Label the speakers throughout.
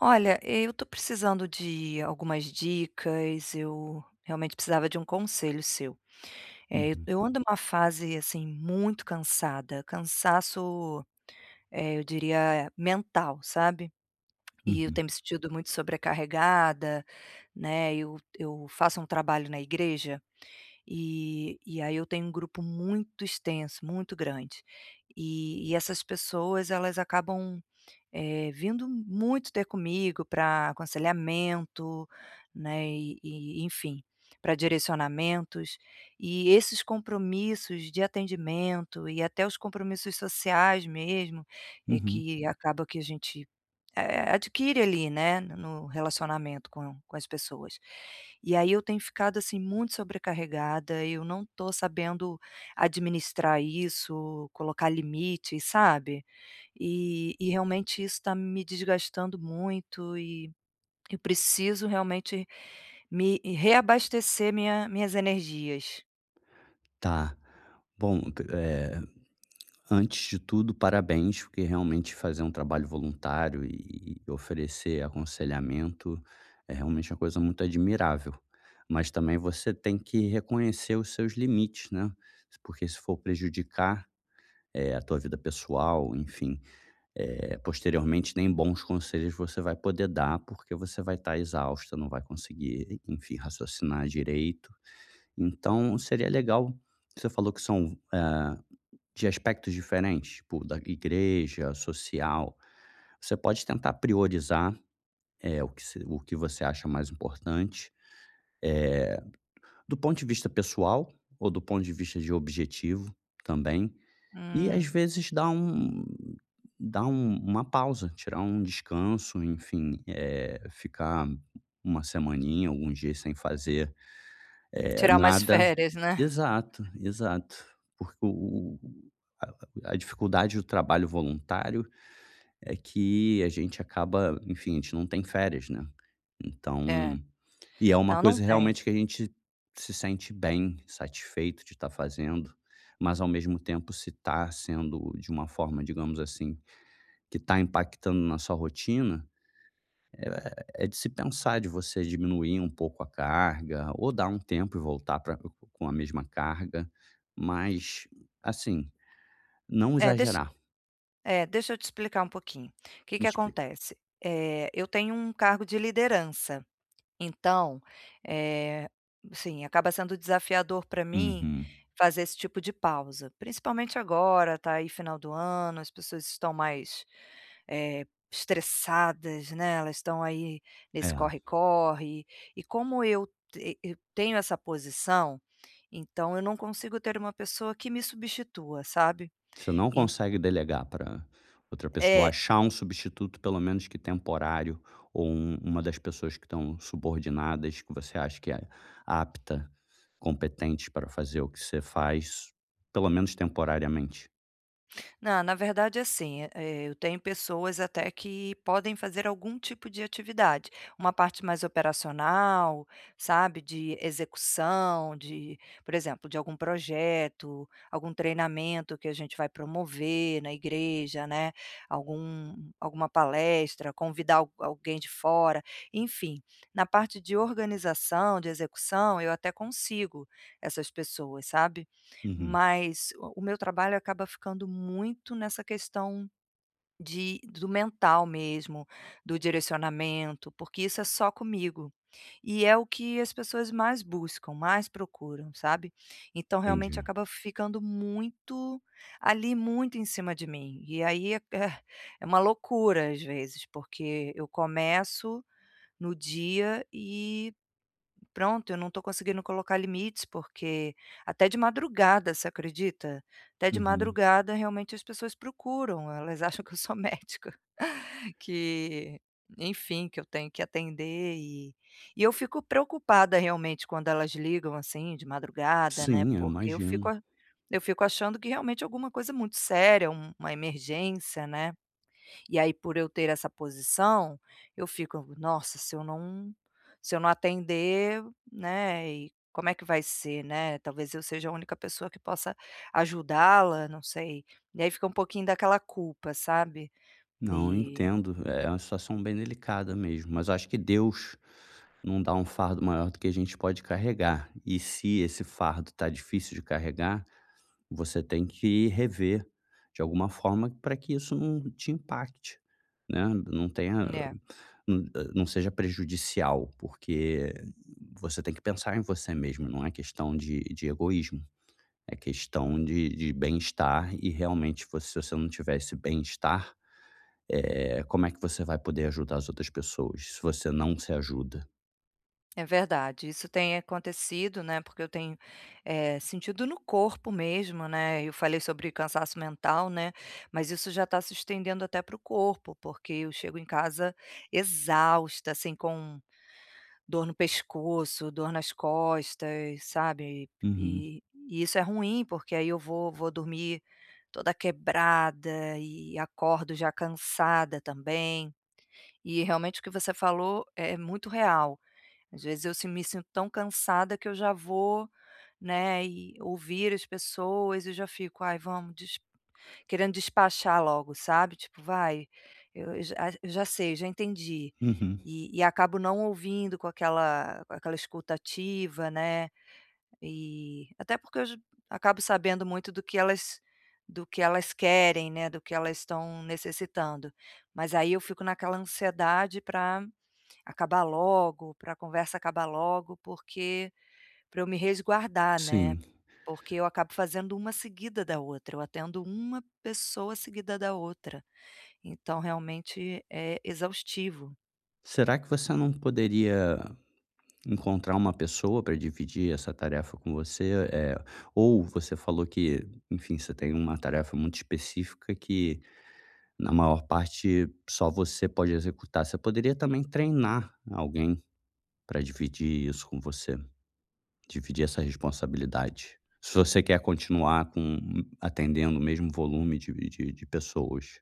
Speaker 1: Olha, eu tô precisando de algumas dicas, eu realmente precisava de um conselho seu. Eh, eu
Speaker 2: Uhum,
Speaker 1: eu ando numa fase, assim, muito cansada, cansaço, eu diria mental, sabe. E eu
Speaker 2: uhum,
Speaker 1: tenho me sentido muito sobrecarregada, né, eu faço um trabalho na igreja, e aí eu tenho um grupo muito extenso, muito grande, e essas pessoas elas acabam vindo muito ter comigo para aconselhamento, né, e enfim, para direcionamentos. E esses compromissos de atendimento e até os compromissos sociais mesmo, é
Speaker 2: uhum.
Speaker 1: que acaba que a gente, adquire ali, né, no relacionamento com as pessoas. E aí eu tenho ficado, assim, muito sobrecarregada, eu não tô sabendo administrar isso, colocar limites, sabe? E realmente isso está me desgastando muito e eu preciso realmente me reabastecer minhas energias.
Speaker 2: Tá. Bom, antes de tudo, parabéns, porque realmente fazer um trabalho voluntário e oferecer aconselhamento é realmente uma coisa muito admirável. Mas também você tem que reconhecer os seus limites, né, porque se for prejudicar, a tua vida pessoal, enfim, posteriormente nem bons conselhos você vai poder dar, porque você vai estar exausta, não vai conseguir, enfim, raciocinar direito. Então seria legal, você falou que são, de aspectos diferentes, tipo da igreja, social. Você pode tentar priorizar, o que se o que você acha mais importante, do ponto de vista pessoal ou do ponto de vista de objetivo também. E às
Speaker 1: Hum,
Speaker 2: vezes dar um uma pausa, tirar um descanso, enfim, ficar uma semaninha, alguns dias sem fazer,
Speaker 1: tirar mais
Speaker 2: nada.
Speaker 1: férias, né.
Speaker 2: Exato, exato. Porque o a dificuldade do trabalho voluntário é que a gente acaba, enfim, a gente não tem férias, né. Então
Speaker 1: É.
Speaker 2: e é uma
Speaker 1: Não, não
Speaker 2: coisa
Speaker 1: tem.
Speaker 2: realmente que a gente se sente bem, satisfeito de estar fazendo, mas ao mesmo tempo se está sendo de uma forma, digamos assim, que está impactando na sua rotina, é de se pensar de você diminuir um pouco a carga, ou dar um tempo e voltar pra com a mesma carga, mas, assim, não
Speaker 1: É, deixa
Speaker 2: exagerar.
Speaker 1: deixa eu te explicar um pouquinho. O que
Speaker 2: Me
Speaker 1: que
Speaker 2: explica.
Speaker 1: acontece? É, eu tenho um cargo de liderança. Então, eh, assim, acaba sendo desafiador para mim
Speaker 2: Uhum.
Speaker 1: fazer esse tipo de pausa, principalmente agora, tá aí final do ano, as pessoas estão mais, estressadas, né, elas estão aí nesse
Speaker 2: É,
Speaker 1: corre-corre, e como eu te eu tenho essa posição, então eu não consigo ter uma pessoa que me substitua, sabe.
Speaker 2: você não
Speaker 1: En
Speaker 2: consegue delegar para outra pessoa,
Speaker 1: é.
Speaker 2: achar um substituto pelo menos que temporário, ou uma das pessoas que estão subordinadas, que você acha que é apta, competente para fazer o que você faz, pelo menos temporariamente.
Speaker 1: Não, na verdade, assim, eu tenho pessoas até que podem fazer algum tipo de atividade. Uma parte mais operacional, sabe, de execução, de, por exemplo, de algum projeto, algum treinamento que a gente vai promover na igreja, né, algum alguma palestra, convidar al alguém de fora, enfim. Na parte de organização, de execução, eu até consigo essas pessoas, sabe.
Speaker 2: Uhum,
Speaker 1: Mas o meu trabalho acaba ficando muito nessa questão de do mental mesmo, do direcionamento, porque isso é só comigo. E é o que as pessoas mais buscam, mais procuram, sabe. Então realmente
Speaker 2: entendi.
Speaker 1: acaba ficando muito ali, muito em cima de mim. E aí é é uma loucura às vezes, porque eu começo no dia e pronto, eu não estou conseguindo colocar limites, porque até de madrugada, você acredita? Até de
Speaker 2: Uhum.
Speaker 1: madrugada, realmente, as pessoas procuram, elas acham que eu sou médica, que enfim, que eu tenho que atender e eu fico preocupada, realmente, quando elas ligam, assim, de madrugada, né,
Speaker 2: Sim, eu
Speaker 1: porque eu
Speaker 2: imagino.
Speaker 1: fico a eu fico achando que realmente é alguma coisa muito séria, uma emergência, né. E aí por eu ter essa posição, eu fico: "Nossa, se eu não se eu não atender, né, e como é que vai ser, né? Talvez eu seja a única pessoa que possa ajudá-la, não sei". E aí fica um pouquinho daquela culpa, sabe?
Speaker 2: Não, eu
Speaker 1: E
Speaker 2: entendo. É uma situação bem delicada mesmo, mas eu acho que Deus não dá um fardo maior do que a gente pode carregar. E se esse fardo está difícil de carregar, você tem que rever de alguma forma para que isso não te impacte, né? Não tenha,
Speaker 1: né
Speaker 2: não não seja prejudicial, porque você tem que pensar em você mesmo. Não é questão de egoísmo, é questão de bem-estar. E realmente, você- se você não tiver esse bem-estar, como é que você vai poder ajudar as outras pessoas se você não se ajuda?
Speaker 1: É verdade, isso tem acontecido, né, porque eu tenho, sentido no corpo mesmo, né, eu falei sobre cansaço mental, né, mas isso já está se estendendo até para o corpo, porque eu chego em casa exausta, assim, com dor no pescoço, dor nas costas, sabe,
Speaker 2: Uhum,
Speaker 1: e e isso é ruim, porque aí eu vou dormir toda quebrada e acordo já cansada também, e realmente o que você falou é muito real. Às vezes eu se me sinto tão cansada que eu já vou, né, e ouvir as pessoas e já fico: "Ai, vamos des", querendo despachar logo, sabe, tipo: "Vai, eu eu já eu já sei, já entendi".
Speaker 2: uhum,
Speaker 1: E acabo não ouvindo com aquela escuta ativa, né, e até porque eu j acabo sabendo muito do que elas querem, né, do que elas estão necessitando. Mas aí eu fico naquela ansiedade para acabar logo, para a conversa acabar logo, porque para eu me resguardar, né,
Speaker 2: sim.
Speaker 1: porque eu acabo fazendo uma seguida da outra, eu atendo uma pessoa seguida da outra, então realmente é exaustivo.
Speaker 2: Será que você não poderia encontrar uma pessoa para dividir essa tarefa com você? Ou você falou que, enfim, você tem uma tarefa muito específica que, na maior parte, só você pode executar. Você poderia também treinar alguém para dividir isso com você. Dividir essa responsabilidade. Se você quer continuar com atendendo o mesmo volume de pessoas.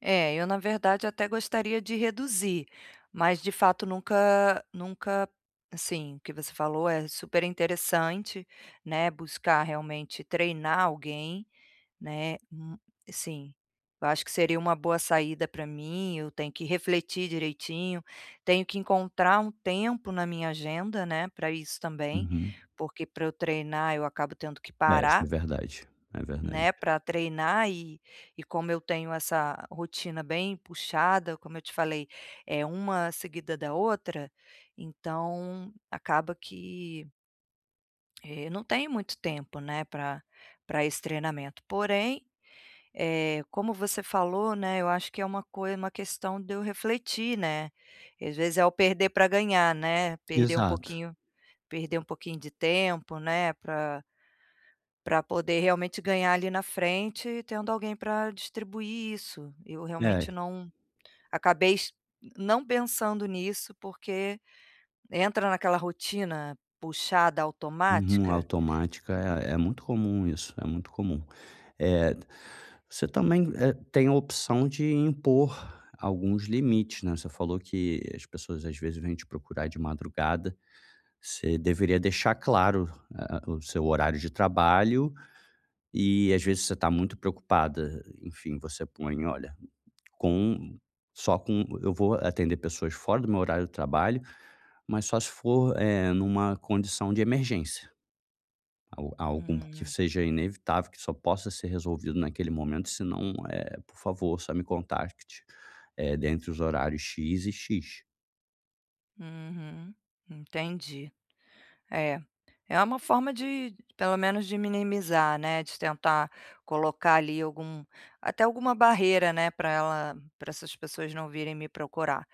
Speaker 1: É, eu na verdade até gostaria de reduzir, mas de fato nunca assim, o que você falou é super interessante, né, buscar realmente treinar alguém, né, sim, eu acho que seria uma boa saída para mim, eu tenho que refletir direitinho, tenho que encontrar um tempo na minha agenda, né, para isso também,
Speaker 2: Uhum.
Speaker 1: porque para eu treinar eu acabo tendo que
Speaker 2: É, isso é
Speaker 1: parar,
Speaker 2: verdade, é verdade.
Speaker 1: né, para treinar e como eu tenho essa rotina bem puxada, como eu te falei, é uma seguida da outra, então acaba que, eu não tenho muito tempo, né, para esse treinamento. Porém é como você falou, né, eu acho que é uma coisa, uma questão de eu refletir, né, às vezes é o perder para ganhar, né,
Speaker 2: Exato.
Speaker 1: perder um pouquinho de tempo, né, para para poder realmente ganhar ali na frente, tendo alguém para distribuir isso. Eu realmente
Speaker 2: É.
Speaker 1: não acabei es não pensando nisso, porque entra naquela rotina puxada
Speaker 2: Uhum,
Speaker 1: automática.
Speaker 2: automática é é muito comum isso, é muito comum. Eh, você também, tem a opção de impor alguns limites, né, você falou que as pessoas às vezes vêm te procurar de madrugada, você deveria deixar claro a o seu horário de trabalho. E às vezes você está muito preocupada, enfim, você põe: "Olha, com só com eu vou atender pessoas fora do meu horário de trabalho, mas só se for, numa condição de emergência, al algo que
Speaker 1: Hum,
Speaker 2: seja inevitável, que só possa ser resolvido naquele momento, senão, por favor, só me contacte, dentre os horários X e X".
Speaker 1: uhum, entendi. É, é uma forma de pelo menos de minimizar, né, de tentar colocar ali algum até alguma barreira, né, para essas pessoas não virem me procurar.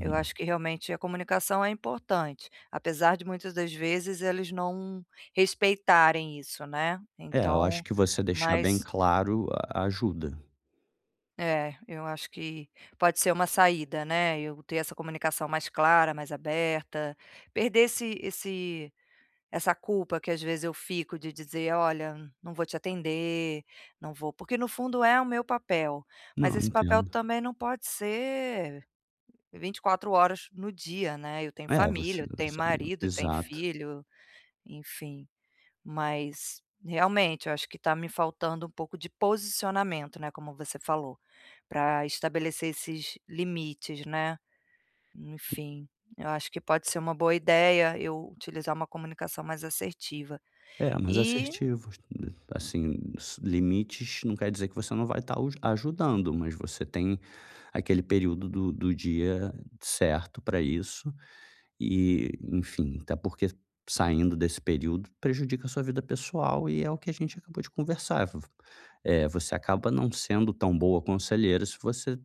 Speaker 1: Eu acho que realmente a comunicação é importante, apesar de muitas das vezes eles não respeitarem isso, né,
Speaker 2: É, eu acho
Speaker 1: então
Speaker 2: que você deixar bem
Speaker 1: mas
Speaker 2: claro a ajuda.
Speaker 1: é, eu acho que pode ser uma saída, né, eu ter essa comunicação mais clara, mais aberta, perder esse essa culpa que às vezes eu fico de dizer: "Olha, não vou te atender, não vou", porque no fundo é o meu papel,
Speaker 2: Não,
Speaker 1: mas esse papel
Speaker 2: entendo.
Speaker 1: também não pode ser 24 horas no dia, né. Eu tenho
Speaker 2: É,
Speaker 1: família,
Speaker 2: você
Speaker 1: eu tenho
Speaker 2: você
Speaker 1: marido, eu tenho
Speaker 2: exato.
Speaker 1: filho, enfim. Mas realmente eu acho que está me faltando um pouco de posicionamento, né, como você falou, para estabelecer esses limites, né. Enfim, eu acho que pode ser uma boa ideia eu utilizar uma comunicação mais assertiva.
Speaker 2: É, mas
Speaker 1: E
Speaker 2: assertivos, assim, s limites não quer dizer que você não vai estar ajudando, mas você tem aquele período do dia certo para isso e, enfim, até porque saindo desse período prejudica a sua vida pessoal e é o que a gente acabou de conversar. V você acaba não sendo tão boa conselheira se você,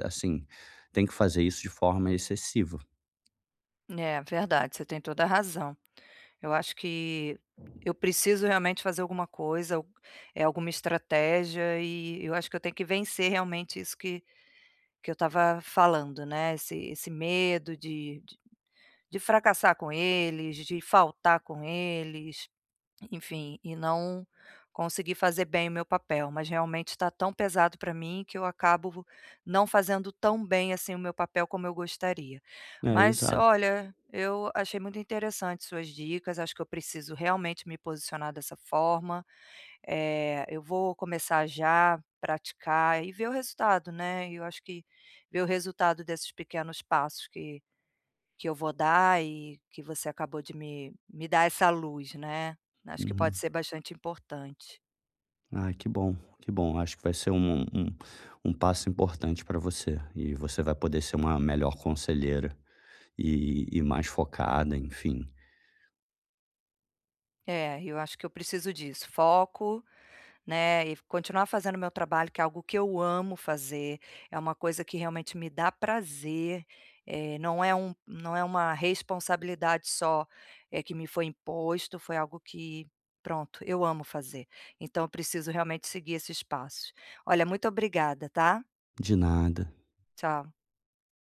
Speaker 2: assim, tem que fazer isso de forma excessiva.
Speaker 1: É verdade, você tem toda a razão. Eu acho que eu preciso realmente fazer alguma coisa, al alguma estratégia e eu acho que eu tenho que vencer realmente isso que eu estava falando, né, esse medo de de fracassar com eles, de faltar com eles. Enfim, e não consegui fazer bem o meu papel, mas realmente está tão pesado para mim que eu acabo não fazendo tão bem assim o meu papel como eu gostaria.
Speaker 2: É,
Speaker 1: Mas
Speaker 2: exato.
Speaker 1: olha, eu achei muito interessante suas dicas, acho que eu preciso realmente me posicionar dessa forma. Eu vou começar já, praticar e ver o resultado, né. E eu acho que ver o resultado desses pequenos passos que eu vou dar e que você acabou de me dar essa luz, né. Acho que pode
Speaker 2: Uhum.
Speaker 1: ser bastante importante.
Speaker 2: Ah, que bom, que bom. Acho que vai ser um, um, um passo importante para você. E você vai poder ser uma melhor conselheira e mais focada, enfim.
Speaker 1: É, eu acho que eu preciso disso, foco, né, e continuar fazendo meu trabalho, que é algo que eu amo fazer, é uma coisa que realmente me dá prazer, não é uma responsabilidade só, que me foi imposto, foi algo que, pronto, eu amo fazer. Então eu preciso realmente seguir esses passos. Olha, muito obrigada, tá.
Speaker 2: De nada.
Speaker 1: Tchau.